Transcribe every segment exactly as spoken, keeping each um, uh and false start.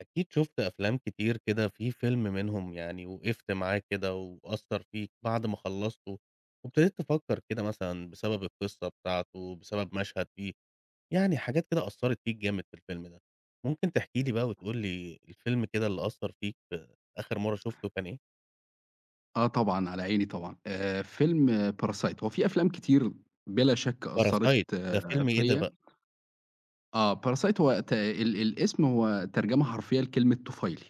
أكيد شُفت أفلام كتير كده، في فيلم منهم يعني وقفت معاه كده وأثّر فيك بعد ما خلّصته، وابتديت تفكّر كده مثلًا بسبب القصة بتاعته، بسبب مشهد فيه، يعني حاجات كده أثّرت فيك جامد في الفيلم ده. ممكن تحكي لي بقى وتقول لي الفيلم كده اللي أثّر فيك في آخر مرّة شُفته كان إيه؟ آه، طبعًا، على عيني طبعًا. آآ فيلم Parasite هو في أفلام كتير بلا شك Parasite أثّرت ده آه فيلم إيه ده فيّا. بقى؟ آه، Parasite هو ت ال الاسم هو ترجمة حرفية لكلمة طفيلي.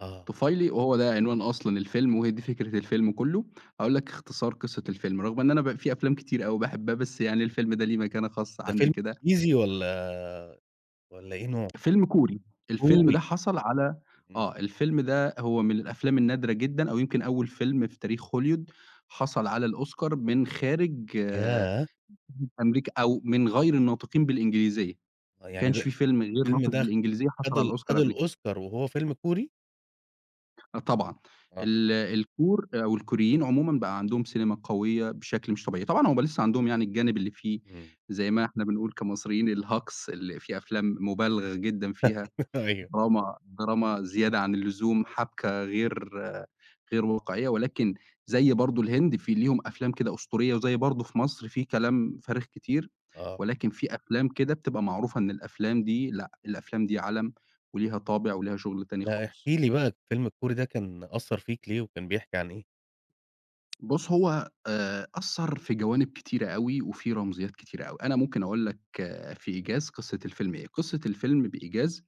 آه، طفيلي وهو ده عنوان أصلًا الفيلم وهي دي فكرة الفيلم كُلّه. هاقول لك اختصار قصة الفيلم، رغم إن أنا ب في أفلام كتير أوي باحبها، بس يعني الفيلم ده ليه مكانة خاصة ده عندي فيلم كده. إنجليزي والّا والّا إيه نوعه؟ فيلم كوري، الفيلم كوري، ده حصل على إمم، آه، الفيلم ده هو من الأفلام النادرة جدًا أو يمكن أول فيلم في تاريخ هوليوود حصل على الأوسكار من خارج ياه! أمريكا أو من غير الناطقين بالإنجليزية، ما آه يعني كانش ده في فيلم غير ناطق الفيلم ده بالإنجليزية حصل خد على ال الأوسكار خد قبل كده. الأوسكار وهو فيلم كوري؟ آه طبعًا، آه. ال الكور أو الكوريين عمومًا بقى عندهم سينما قوية بشكل مش طبيعي، طبعًا هُم لسه عندهم يعني الجانب اللي فيه إمم. زي ما إحنا بنقول كمصريين الهجص، اللي فيه أفلام مُبالغ جدًا فيها. أيوه. دراما دراما زيادة عن اللزوم، حبكة غير غير واقعية، ولكن زي برضه الهند في ليهم أفلام كده أسطورية، وزي برضه في مصر في كلام فارغ كتير، آه. ولكن في أفلام كده بتبقى معروفة إن الأفلام دي لأ، الأفلام دي عَلَم وليها طابع وليها شغل تاني لأ احكِ خالص. لي بقى الفيلم الكوري ده كان أثّر فيك ليه وكان بيحكي عن إيه؟ بُص، هو آآ أثّر في جوانب كتيرة أوي، وفي رمزيات كتيرة أوي. أنا ممكن أقول لك آه، في إيجاز قصة الفيلم إيه، قصة الفيلم بإيجاز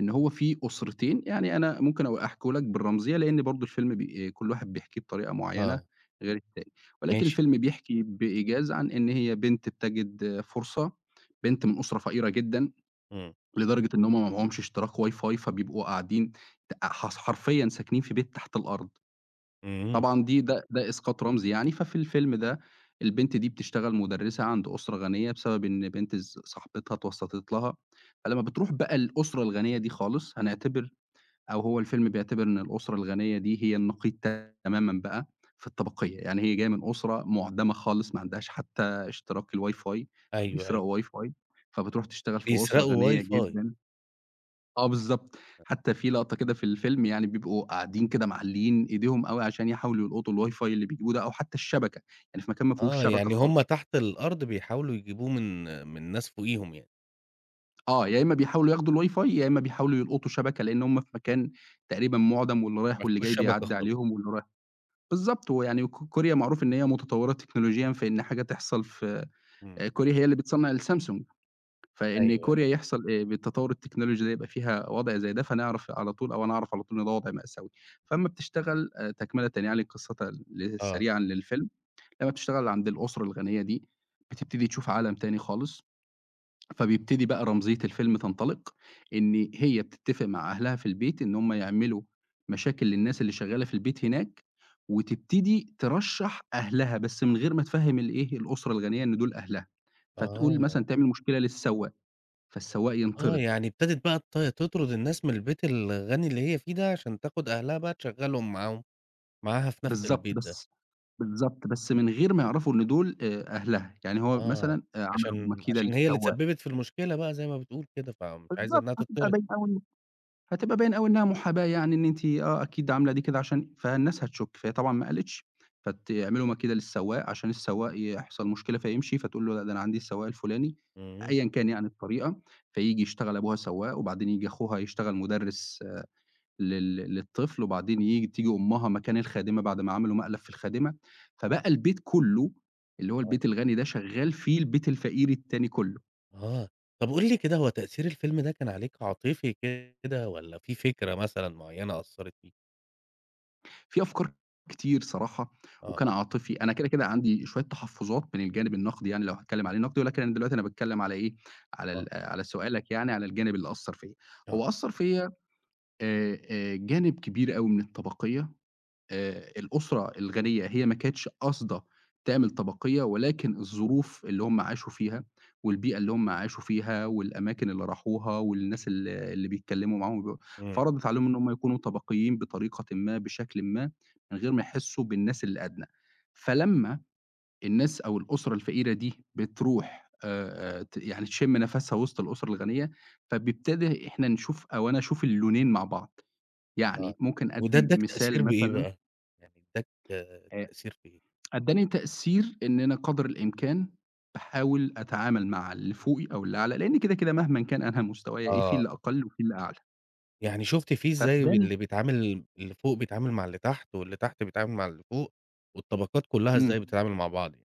إن هو في أسرتين، يعني أنا ممكن أبقى أحكيه لك بالرمزية، لإن برضه الفيلم بي آه، كل واحد بيحكيه بطريقة معيّنة آه، غير التاني، ولكن ماشي. الفيلم بيحكي بإيجاز عن إن هي بنت بتجد فرصة، بنت من أسرة فقيرة جدًا، إمم. لدرجة إن هم ما معهمش اشتراك WiFi فبيبقوا قاعدين ت حص حرفيًا ساكنين في بيت تحت الأرض، إمم. طبعًا دي ده ده إسقاط رمزي يعني، ففي الفيلم ده البنت دي بتشتغل مُدرسة عند أسرة غنية بسبب إن بنت ص صاحبتها اتوسطت لها، فلمّا بتروح بقى الأسرة الغنية دي خالص، هنعتبر أو هو الفيلم بيعتبر إن الأسرة الغنية دي هي النقيض تمامًا بقى في الطبقية، يعني هي جاية من أسرة معدمة خالص ما عندهاش حتى اشتراك الWiFi أيوه، أيوه. فبيسرقوا WiFi فبتروح تشتغل في أسرة بيسرقوا غنية WiFi. جدًا. آه بالضبط، حتى في لقطة كده في الفيلم يعني بيبقوا قاعدين كده معلّيين إيديهم أوي عشان يحاولوا يلقطوا الWiFi اللي بيجيبوه ده أو حتى الشبكة، يعني في مكان ما فيهوش آه. شبكة يعني خالص، هم تحت الأرض بيحاولوا يجيبوه من من ناس فوقيهم يعني، آه يا إما بيحاولوا ياخدوا الWiFi يا إما بيحاولوا يلقطوا شبكة، لإن هُم في مكان تقريبًا مُعدم واللي ما رايح واللي فيهوش جاي شبكة بيعدّي خالص. عليهم واللي رايح. بالضبط، ويعني ك كوريا معروف إن هي متطوّرة تكنولوجيًا في إن حاجة تحصل في إمم. آآ كوريا هي اللي بتصنّع الSamsung، أيوه، فإن أيوه. كوريا يحصل آآ بالتطوّر التكنولوجي ده يبقى فيها وضع زي ده، فنعرف على طول أو أنا أعرف على طول إن ده وضع مأساوي. فأمّا بتشتغل آآ تكملةً يعني قصةً ل آه. سريعًا للفيلم، لمّا بتشتغل عند الأسرة الغنية دي، بتبتدي تشوف عالم تاني خالص فبيبتدي بقى رمزية الفيلم تنطلق، إن هي بتتفق مع أهلها في البيت إن هُم يعملوا مشاكل للناس اللي شغّالة في البيت هناك، وتبتدي ترشّح أهلها، بس من غير ما تفهّم الإيه، الأسرة الغنية إن دول أهلها، فتقول آه. مثلًا تعمل مشكلة للسواق، فالسواق آه. ينطرد. يعني ابتدت بقى ت تطرد الناس من البيت الغني اللي هي فيه ده عشان تاخد أهلها بقى تشغّلهم معاهم معاها في نفس بالضبط البيت ده. بس بالضبط، بس من غير ما يعرفوا إن دول آآ أهلها، يعني هو آه، مثلًا آآ عملوا عشان مكيدة عشان هي اللي للسواق. اتسببت في المشكلة بقى زي ما بتقول كده، فمش عايزة بالضبط إنها هتبقى تطرد، باينة أوي هتبقى باين أوي إنها محاباة يعني إن أنتِ آه أكيد عاملة دي كده عشان فالناس هتشُك، فهي طبعًا ما قالتش، فتعملوا مكيدة للسواق عشان السواق يحصل مشكلة فيمشي، فتقول له لأ ده أنا عندي السواق الفلاني إمم، أيًا كان يعني الطريقة، فييجي يشتغل أبوها سواق وبعدين ييجي أخوها يشتغل مُدرِّس آه، لل للطفل وبعدين ييجي تيجي أمها مكان الخادمة بعد ما عملوا مقلب في الخادمة، فبقى البيت كُلّه اللي هو آه، البيت الغني ده شغّال فيه البيت الفقير التاني كُلّه. آه، طب قُل لي كده هو تأثير الفيلم ده كان عليك عاطفي كده والّا في فكرة مثلًا معيّنة أثّرت فيك؟ في أفكار كتير صراحة، آه، وكان عاطفي، أنا كده، كده عندي شوية تحفظات من الجانب النقدي يعني لو هاتكلم عليه نقدي، ولكن أنا دلوقتي أنا باتكلم على إيه، على آه، ال آه، على سؤالك يعني على الجانب اللي أثّر فيّا، آه، هو أثّر فيّا آآ آآ جانب كبير أوي من الطبقية. آآ الأسرة الغنية هي ما كانتش قاصدة تعمل طبقية، ولكن الظروف اللي هم عاشوا فيها، والبيئة اللي هم عاشوا فيها، والأماكن اللي راحوها، والناس ال اللي بيتكلموا معاهم وب إمم، فرضت عليهم إن هم يكونوا طبقيين بطريقةٍ ما، بشكلٍ ما، من غير ما يحسوا بالناس اللي أدنى. فلمّا الناس أو الأسرة الفقيرة دي بتروح آآ، آآ ت يعني تشم نفسها وسط الأسرة الغنية، فبيبتدي إحنا نشوف أو أنا أشوف اللونين مع بعض. آه، يعني ممكن وده أدّي ادّاك تأثير مثال بإيه مثلًا. بقى؟ يعني ادّاك آآ تأثير في إيه؟ أدّاني تأثير إن أنا قدر الإمكان باحاول أتعامل مع اللي فوقي أو اللي أعلى، لإن كده، كده مهمًا كان أنا مستوايا إيه، في آه، اللي أقَل وفي اللي أعلى، يعني شُفت فيه إزاي ب فادّاني. اللي بيتعامل اللي فوق بيتعامل مع اللي تحت، واللي تحت بيتعامل مع اللي فوق، والطبقات كلّها إزاي إمم، بتتعامل مع بعض يعني؟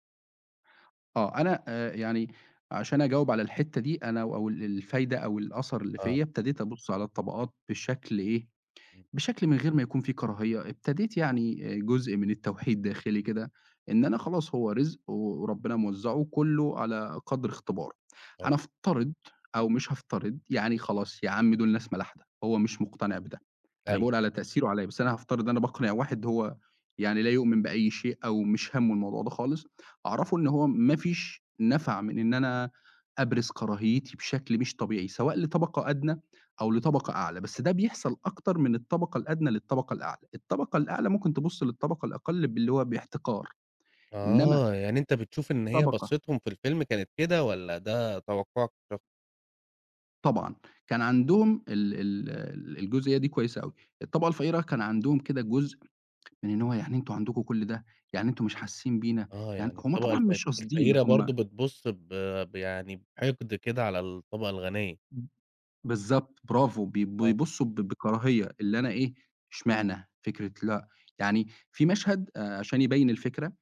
آه، أنا آآ يعني عشان أجاوب على الحتّة دي أنا أو الفايدة أو الأثر اللي آه، فيّا، ابتديت أبُص على الطبقات بشكل إيه، إمم، بشكل من غير ما يكون في كراهية، ابتديت يعني آآ جزء من التوحيد داخلي كده، إن أنا خلاص هو رزق وربنا موزّعه كلّه على قدْر اختباره، آه، هنفترض أو مش هافترض، يعني خلاص يا عم دول ناس ملاحدة، هو مش مقتنع بده، أنا أيوه. باقول على تأثيره عليَّ، بس أنا هافترض أنا باقنع واحد هو يعني لا يؤمن بأي شيء أو مش هَمُّه الموضوع ده خالص، أعرّفه إن هو ما فيش نفع من إن أنا أبرِز كراهيتي بشكل مش طبيعي، سواء لطبقة أدنى أو لطبقة أعلى، بس ده بيحصل أكتر من الطبقة الأدنى للطبقة الأعلى، الطبقة الأعلى ممكن تبُص للطبقة الأقل باللي هو باحتقار، إنما آه، يعني أنت بتشوف إن هي طبقة بصّتهم في الفيلم كانت كده والّا ده توقُّعك الشخصي؟ طبعًا، كان عندهم ال ال ال الجزئية دي كويسة أوي، الطبقة الفقيرة كان عندهم كده جزء من إن هو يعني أنتم عندكم كل ده، يعني أنتم مش حاسين بينا، آه، يعني يعني هم الطبقة طبعًا الف مش قاصدين، الفقيرة هم برضه بتبُص ب ب يعني بحقد كده على الطبقة الغنية. بالضبط، برافو، بي آه، بيبصوا ب بكراهية، اللي أنا إيه، إشمعنى فكرة لأ، يعني في مشهد آآ عشان يبيّن الفكرة،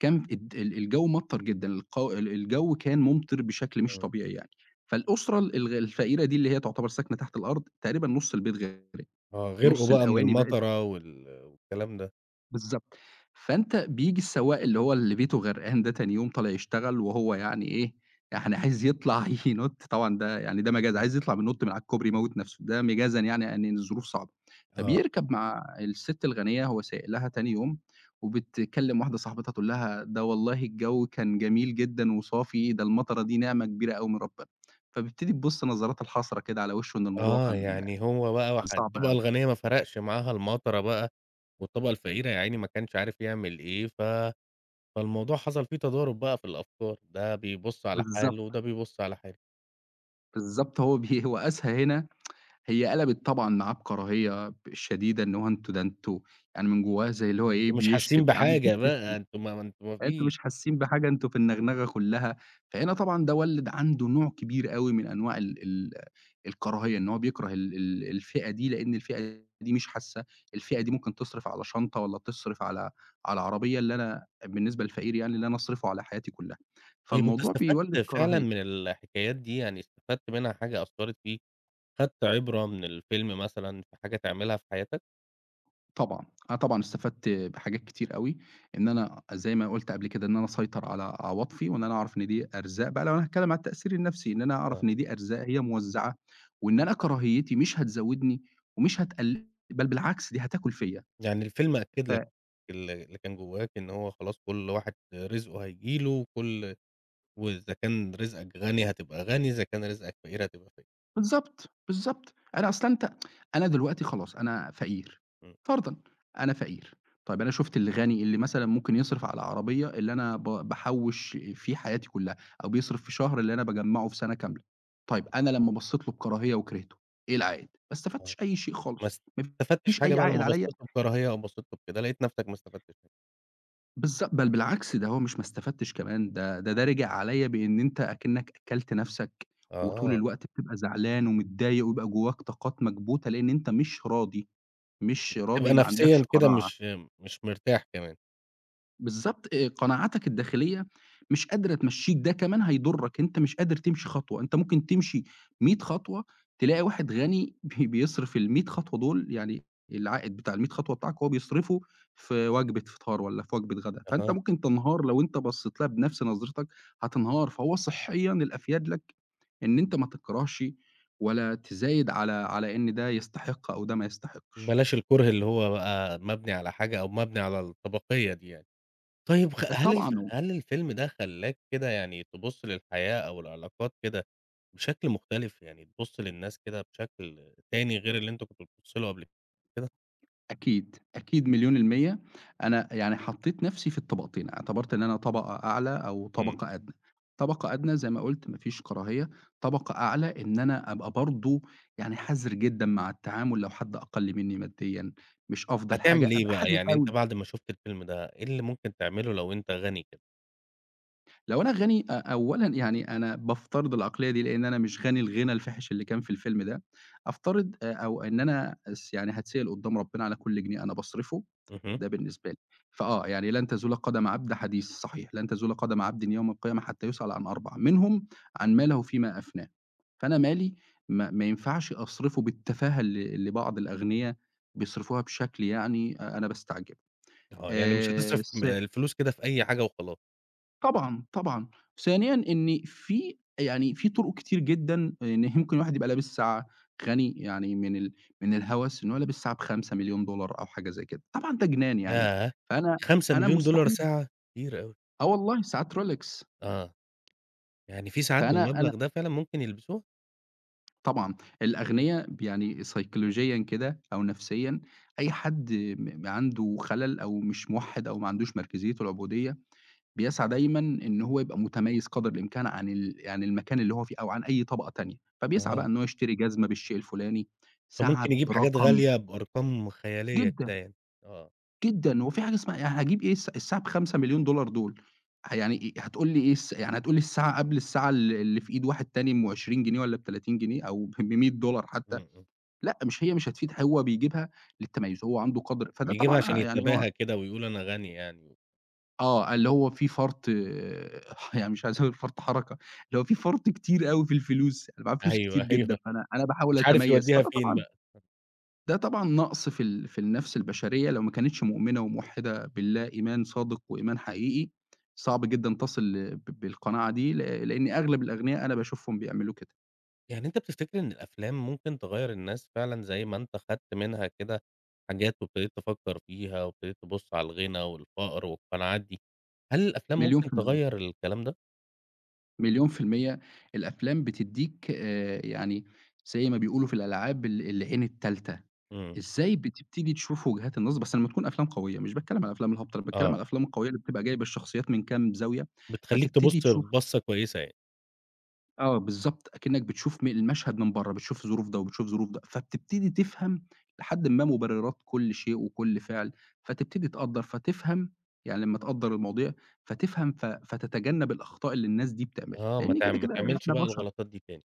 كان الد ال الجو مطَّر جدًا، القو ال الجو كان مُمطِر بشكل مش إمم، طبيعي يعني، فالأسرة ال- الغ الفقيرة دي اللي هي تعتبر ساكنة تحت الأرض، تقريبًا نُص البيت غرق، آه، غِرقوا نُص بقى من الأواني بقت المطرة وال والكلام ده، بالضبط. فأنت بييجي السواق اللي هو اللي بيته غرقان ده تاني يوم طالع يشتغل وهو يعني إيه، يعني عايز يطلع ينُط طبعًا ده يعني ده مجازًا، إمم. عايز يطلع بينُط من على الكوبري يموّت نَفْسه، ده مجازًا يعني إن الظروف صعبة. آه. فبيركب مع السِت الغنية هو سايق لها تاني يوم، وبتكلم واحدة صاحبتها تقول لها: "ده والله الجو كان جميل جدًا وصافي، ده المطرة دي نعمة كبيرة أوي من ربنا." فبيبتدي تبُص نظرات الحسرة كده على وشه إن الموضوع آه، كان يعني هو بقى كان وح صعب الطبقة أوي. الغنية ما فرقش معاها المطرة بقى والطبقة الفقيرة يا عيني ما كانش عارف يعمل إيه، ف فالموضوع حصل فيه تضارب بقى في الأفكار، ده بيبُص على حاله وده بالضبط، بيبُص على حاله. بالضبط هو بي هو قاسها هنا، هي قلبت طبعًا معاه بكراهية ب شديدة، إن هو أنتم ده أنتم يعني من جوّاه زي اللي هو إيه، أنتم مش بيشتم، حاسين يا عم أنتم بحاجة بقى، بتشتم، أنتم ما ما أنتم ما أنتم فيش. مش حاسين بحاجة، أنتم في النغنغة كلّها. فهنا طبعًا ده وَلِّد عنده نوع كبير أوي من أنواع ال ال الكراهية، إن هو بيكره ال ال الفئة دي، لإن الفئة دي مش حاسة، الفئة دي ممكن تصرف على شنطة والّا تصرف على على عربية، اللي أنا بالنسبة للفقير يعني اللي أنا أصرفه على حياتي كلّها. طيب وأنت فالموضوع بيولِّد استفدت فعلًا كراهية. من الحكايات دي، يعني استفدت منها حاجة أثّرت فيك، خدت عبرة من الفيلم مثلًا في حاجة تعملها في حياتك؟ طبعًا، أنا طبعًا استفدت بحاجات كتير أوي، إن أنا زي ما قُلت قبل كده إن أنا أسيطر على عواطفي، وإن أنا أعرف إن دي أرزاق بقى لو هنتكلم على التأثير النفسي، إن أنا أعرف آه، إن دي أرزاق هي موزّعة، وإن أنا كراهيتي مش هتزوّدني ومش هتقل بل بالعكس دي هتاكل فيّا. يعني الفيلم أكد ف لك ال اللي كان جواك إن هو خلاص كل واحد رزقه هييجي له، وكل وإذا كان رزقك غني هتبقى غني، إذا كان رزقك فقير هتبقى فقير. بالضبط، بالضبط. أنا أصل أنت أنا دلوقتي خلاص أنا فقير، إمم، فرضًا أنا فقير، طيب أنا شُفت اللي غني اللي مثلًا ممكن يصرف على عربية اللي أنا ب باحوّش فيه حياتي كلّها، أو بيصرف في شهر اللي أنا باجمّعه في سَنة كاملة. طيب اهم، أنا لمّا بصّيت له بكراهية وكرهته، إيه العائد؟ ما آه، استفدتش أي شيء ما خالص، ما استفدتش فيش حاجة أي بقى عائد لمّا بصيت عليّا له بكراهية أو بصيت له بكده، لقيت نفسك ما استفدتش حاجة. بالض بل بالعكس ده هو مش ما استفدتش كمان، ده ده ده رجع عليّا بإن أنت أكنّك أكّلت نَفْسك، وطول آه، الوقت بتبقى زعلان ومتضايق ويبقى جواك طاقات مكبوتة، لإن أنت مش راضي، مش بتبقى راضي ما نفسيًا عندكش كده قناعة. مش مش مرتاح كمان. بالضبط آآ، قناعاتك الداخلية مش قادرة تمشّيك، ده كمان هيضرك، أنت مش قادر تمشي خطوة، أنت ممكن تمشي مئة خطوة تلاقي واحد غني بي بيصرف المية خطوة دول يعني العائد بتاع المية خطوة بتاعك هو بيصرفه في وجبة فطار والّا في وجبة غدا، فأنت أها، ممكن تنهار لو أنت بصّيت لها بنفس نظرتك هتنهار، فهو صحيًا الأفيد لك إن أنت ما تكرهش ولا تزايد على على إن ده يستحق أو ده ما يستحقش. بلاش الكره اللي هو بقى مبني على حاجة أو مبني على الطبقية دي يعني. طيب خ هل الف طبعًا هل الفيلم ده خلّاك كده يعني تبُص للحياة أو العلاقات كده بشكل مختلف، يعني تبُص للناس كده بشكل تاني غير اللي أنت كنت بتبُص له قبل كده؟ أكيد، أكيد مليون المِيّة، أنا يعني حطّيت نَفْسي في الطبقتين، اعتبرت إن أنا طبقة أعلى أو إمم، طبقة أدنى، طبقة أدنى زي ما قُلت ما فيش كراهية، طبقة أعلى إن أنا أبقى برضه يعني حذر جدًا مع التعامل لو حد أقَل منّي ماديًا، مش أفضل هتعمل حاجة إيه أبقى بقى، حذر يعني أنت أوي. بعد ما شُفت الفيلم ده إيه اللي ممكن تعمله لو أنت غني كده؟ لو أنا غني أ أولًا يعني أنا بافترض العقلية دي، لإن أنا مش غني الغنى الفاحش اللي كان في الفيلم ده، أفترض آآ أو إن أنا أس يعني هاتسأل قدّام ربنا على كل جنيه أنا باصرفه، اهم، ده بالنسبة لي. فآه، يعني لن تزول قدم عبد حديث صحيح، لن تزول قدم عبدٍ يوم القيامة حتى يُسأل عن أربعة منهم عن ماله فيما أفناه. فأنا مالي ما ما ينفعش أصرفه بالتفاهة اللي اللي بعض الأغنيا بيصرفوها بشكل يعني أ أنا باستعجب. آه، يعني مش آآ هتصرف م الس الفلوس كده في أي حاجة وخلاص، طبعًا، طبعًا. ثانيًا، إن في يعني في طُرق كتير جدًا إن يمكن الواحد يبقى لابس ساعة غني، يعني من ال من الهوس إن هو لابس ساعة ب خمسة ملايين دولار أو حاجة زي كده، طبعًا ده جنان يعني. ياه! فأنا أنا خمسة مليون دولار مستحيل. ساعة! كتير أوي، آه والله ساعات rolex. آه. يعني في ساعات فأنا أنا بالمبلغ ده فعلًا ممكن يلبسوها؟ طبعًا الأغنيا ب يعني سيكولوجيًا كده أو نفسيًا، أي حد م عنده خلل أو مش موحّد أو ما عندوش مركزية العبودية بيسعى دايمًا إن هو يبقى متميّز قدر الإمكان عن ال عن المكان اللي هو فيه أو عن أي طبقة تانية، فبيسعى بقى آه، إن هو يشتري جزمة بالشيء الفلاني، فممكن ساعة يجيب حاجات برقم غالية بأرقام خيالية كده جدًا، يعني، آه، جدًا. هو في حاجة اسمها، يعني هاجيب إيه الس الساعة ب5.000.000$ دول. ه يعني إيه هتقول لي إيه الس يعني هتقول لي الساعة قبل الساعة ال اللي في إيد واحد تاني أم عشرين جنيه والّا ب30 جنيه أو ب100$ إمم، حتى؟ إمم، لأ، مش هي مش هتفيد، هو بيجيبها للتميُّز، هو عنده قدر، فده بيجيبها عشان طبعًا آآ يعني هو يتباهى كده ويقول أنا غني يعني، آه، اللي هو في فرط يعني مش عايز أقول فرط حركة، اللي هو في فرط كتير أوي في الفلوس، أنا معايا فلوس كتير أيوه، جدًا، أيوه، فأنا أنا باحاول مش عارف أتميّز، يودّيها فده فين طبعًا، بقى، ده طبعًا نقص في ال في النَفْس البشرية لو ما كانتش مؤمنة وموحّدة بالله إيمان صادق وإيمان حقيقي. صعب جدًا تصل ل- ب بالقناعة دي، ل لإن أغلب الأغنياء أنا باشوفهم بيعملوا كده. يعني أنت بتفتكر إن الأفلام ممكن تغيّر الناس فعلًا زي ما أنت خدت منها كده حاجات وابتديت تفكّر فيها وابتديت تبُص على الغنى والفقر والقناعات دي، هل الأفلام مليون ممكن في المِيّة، تغيّر الكلام ده؟ مليون في المِيّة. الأفلام بتدّيك آآ، يعني زي ما بيقولوا في الألعاب ال العين التالتة. إمم، إزاي بتبتدي تشوف وجهات النظر، بس لمّا تكون أفلام قوية، مش باتكلّم على الأفلام الهابطة، أنا باتكلّم آه، على الأفلام القوية اللي بتبقى جايبة الشخصيات من كام زاوية. بتخلّيك فتبتدي تبُص تشوف. بصّة كويسة يعني، آه بالضبط، أكنّك بتشوف م المشهد من برّه، بتشوف ظروف ده وبتشوف ظروف ده، فبتبتدي تفهم لحدٍ ما مبررات كل شيء وكل فعل، فتبتدي تقدّر، فتفهم، يعني لمّا تقدّر المواضيع فتفهم، ف فتتجنب الأخطاء اللي الناس دي بتعملها، آه، ما لإن تع كده، ما كده تعملش إحنا بقى بشر. الغلطات دي تاني.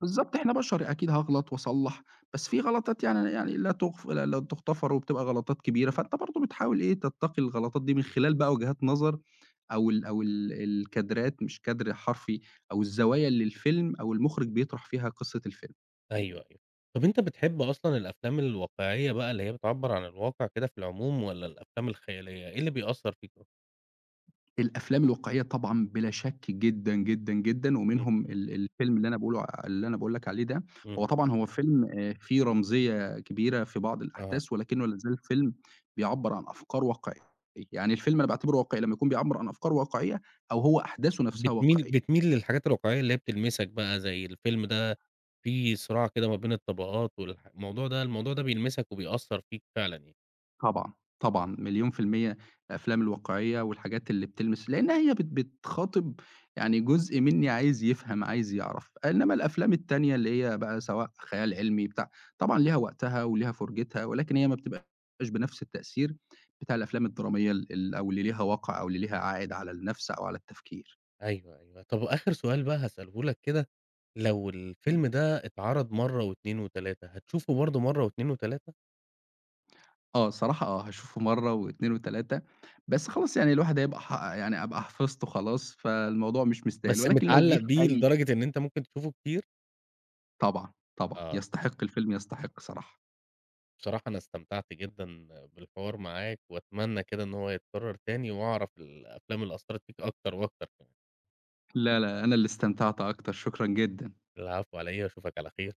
بالضبط، إحنا بشر أكيد هاغلط وأصلّح. بس في غلطات يعني يعني لا تُغف لا لا تُغتفر وبتبقى غلطات كبيرة، فأنت برضه بتحاول إيه، تتقي الغلطات دي من خلال بقى وجهات نظر أو ال أو ال الكادرات، مش كادر حرفي، أو الزوايا اللي الفيلم أو المُخرِج بيطرح فيها قصة الفيلم. أيوه، أيوه. طَب أنت بتحب أصلًا الأفلام الواقعية بقى اللي هي بتعبّر عن الواقع كده في العموم والّا الأفلام الخيالية؟ إيه اللي بيأثّر فيك أكتر؟ الأفلام الواقعية طبعًا بلا شَك، جدًا، جدًا، جدًا. إمم، ومنهم ال الفيلم اللي أنا باقوله ع اللي أنا باقول لك عليه ده. إمم، هو طبعًا هو فيلم آآ فيه رمزية كبيرة في بعض آه. الأحداث، ولكنه لا زال فيلم بيعبّر عن أفكار واقعية. يعني الفيلم أنا باعتبره واقعي لمّا يكون بيعبّر عن أفكار واقعية أو هو أحداثه نَفْسها بتميل واقعية. بتميل للحاجات الواقعية اللي هي بتلمسك بقى زي الفيلم ده فيه صراع كده ما بين الطبقات والح الموضوع ده الموضوع ده بيلمسك وبيأثّر فيك فعلًا يعني. طبعًا، طبعًا، مليون في المِيّة. الأفلام الواقعية والحاجات اللي بتلمس، لإنها هي بت بتخاطب يعني جزء منّي عايز يفهم، عايز يعرف. إنّما الأفلام التانية اللي هي بقى سواء خيال علمي بتاع، طبعًا ليها وقتها وليها فرجتها، ولكن هي ما بتبقاش بنفس التأثير بتاع الأفلام الدرامية ال ال أو اللي ليها وَقْع أو اللي ليها عائد على النَفْس أو على التفكير. أيوه، أيوه. طَب وآخر سؤال بقى هاسأله لك كده، لو الفيلم ده اتعرض مرّة واتنين وتلاتة هتشوفه برضه مرّة واتنين وتلاتة؟ آه، الصراحة آه، هاشوفه مرّة و2 و3. بس خلاص، يعني الواحد هيبقى ح يعني أبقى حفظته خلاص، فالموضوع مش مستاهل. بس ولكن لو متعلّق جِه في بيه أي، لدرجة إن أنت ممكن تشوفه كتير؟ طبعًا، طبعًا، آه. يستحق، الفيلم يستحق صراحة. بصراحة أنا استمتعت جدًا بالحوار معاك، وأتمنى كده إن هو يتكرر تاني، وأعرف الأفلام اللي أثّرت فيك أكتر وأكتر كمان. لا، لا، أنا اللي استمتعت أكتر، شكرًا جدًا. العفو على إيه، وأشوفك على خير.